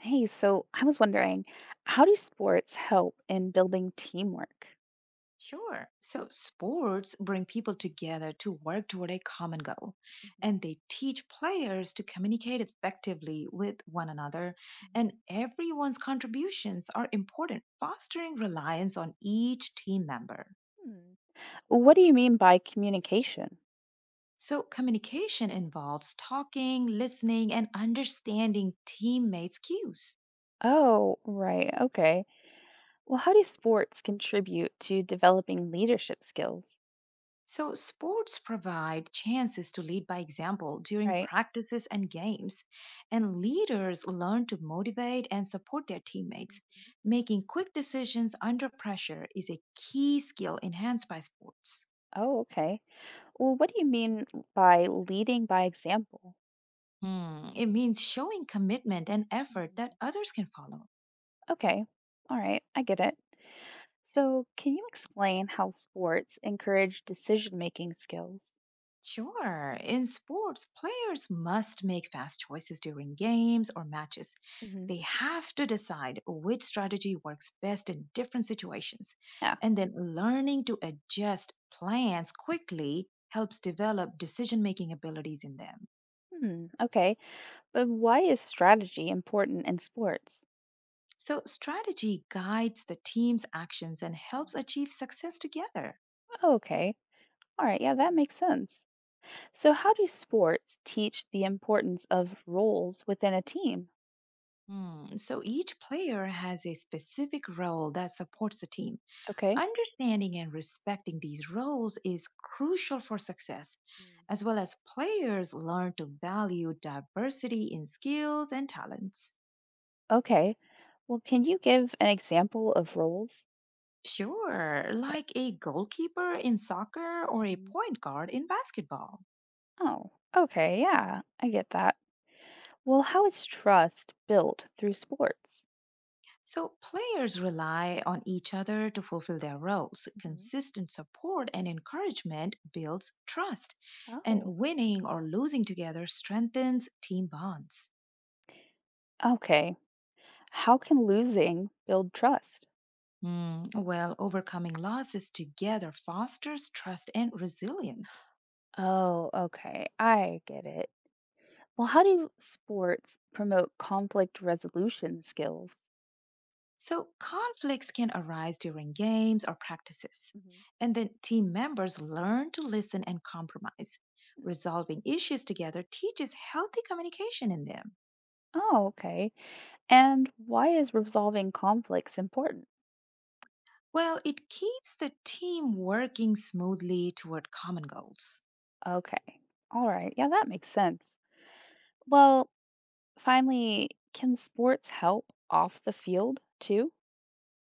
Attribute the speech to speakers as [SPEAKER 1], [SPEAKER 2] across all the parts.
[SPEAKER 1] Hey, so I was wondering, how do sports help in building teamwork?
[SPEAKER 2] Sure. So sports bring people together to work toward a common goal,
[SPEAKER 1] Mhm.
[SPEAKER 2] and they teach players to communicate effectively with one another,
[SPEAKER 1] Mhm.
[SPEAKER 2] and everyone's contributions are important, fostering reliance on each team member.
[SPEAKER 1] Hmm. What do you mean by communication?
[SPEAKER 2] So communication involves talking, listening, and understanding teammates' cues.
[SPEAKER 1] Oh, right. Okay. Well, how do sports contribute to developing leadership skills?
[SPEAKER 2] So, sports provide chances to lead by example during
[SPEAKER 1] Right.
[SPEAKER 2] practices and games, and leaders learn to motivate and support their teammates.
[SPEAKER 1] Mhm.
[SPEAKER 2] Making quick decisions under pressure is a key skill enhanced by sports.
[SPEAKER 1] Oh, okay. Well, what do you mean by leading by example?
[SPEAKER 2] Hmm, it means showing commitment and effort that
[SPEAKER 1] Mhm.
[SPEAKER 2] others can follow.
[SPEAKER 1] Okay. All right. I get it. So, can you explain how sports encourage decision-making skills?
[SPEAKER 2] Sure. In sports, players must make fast choices during games or matches.
[SPEAKER 1] Hmm.
[SPEAKER 2] They have to decide which strategy works best in different situations.
[SPEAKER 1] Yeah.
[SPEAKER 2] And then learning to adjust plans quickly helps develop decision making abilities in them.
[SPEAKER 1] Hmm, okay. But why is strategy important in sports?
[SPEAKER 2] So, strategy guides the team's actions and helps achieve success together.
[SPEAKER 1] Okay. All right. Yeah, that makes sense. So, how do sports teach the importance of roles within a team?
[SPEAKER 2] Hmm, so, each player has a specific role that supports the team.
[SPEAKER 1] Okay.
[SPEAKER 2] Understanding and respecting these roles is crucial for success, as well as players learn to value diversity in skills and talents.
[SPEAKER 1] Okay. Well, can you give an example of roles?
[SPEAKER 2] Sure,
[SPEAKER 1] Okay.
[SPEAKER 2] like a goalkeeper in soccer or a
[SPEAKER 1] Hmm.
[SPEAKER 2] point guard in basketball.
[SPEAKER 1] Oh, okay. Yeah, I get that. Well, how is trust built through sports?
[SPEAKER 2] So, players rely on each other to fulfill their roles.
[SPEAKER 1] Hmm.
[SPEAKER 2] Consistent support and encouragement builds trust, and
[SPEAKER 1] Oh,
[SPEAKER 2] winning or losing together strengthens team bonds.
[SPEAKER 1] okay. How can losing build trust?
[SPEAKER 2] Mm, well, overcoming losses together fosters trust and resilience.
[SPEAKER 1] Oh, okay. I get it. Well, how do sports promote conflict resolution skills?
[SPEAKER 2] So, conflicts can arise during games or practices.
[SPEAKER 1] Mhm.
[SPEAKER 2] And then team members learn to listen and compromise.
[SPEAKER 1] Mm.
[SPEAKER 2] Resolving issues together teaches healthy communication in them.
[SPEAKER 1] Oh, okay. And why is resolving conflicts important?
[SPEAKER 2] Well, it keeps the team working smoothly toward common goals.
[SPEAKER 1] Okay. All right. Yeah, that makes sense. Well, finally, can sports help off the field too?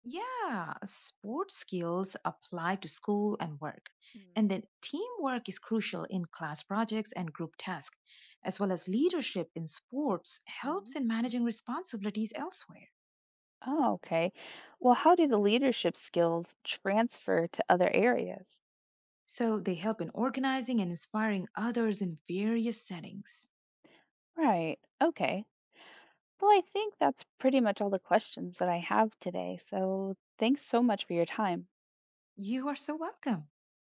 [SPEAKER 2] Yeah, sports skills apply to school and work.
[SPEAKER 1] Mm.
[SPEAKER 2] And then teamwork is crucial in class projects and group tasks, as well as leadership in sports
[SPEAKER 1] Mhm.
[SPEAKER 2] helps in managing responsibilities elsewhere.
[SPEAKER 1] Oh, okay. Well, how do the leadership skills transfer to other areas?
[SPEAKER 2] So they help in organizing and inspiring others in various settings.
[SPEAKER 1] Right. Okay. Well, I think that's pretty much all the questions that I have today. So thanks so much for your time.
[SPEAKER 2] You are so welcome.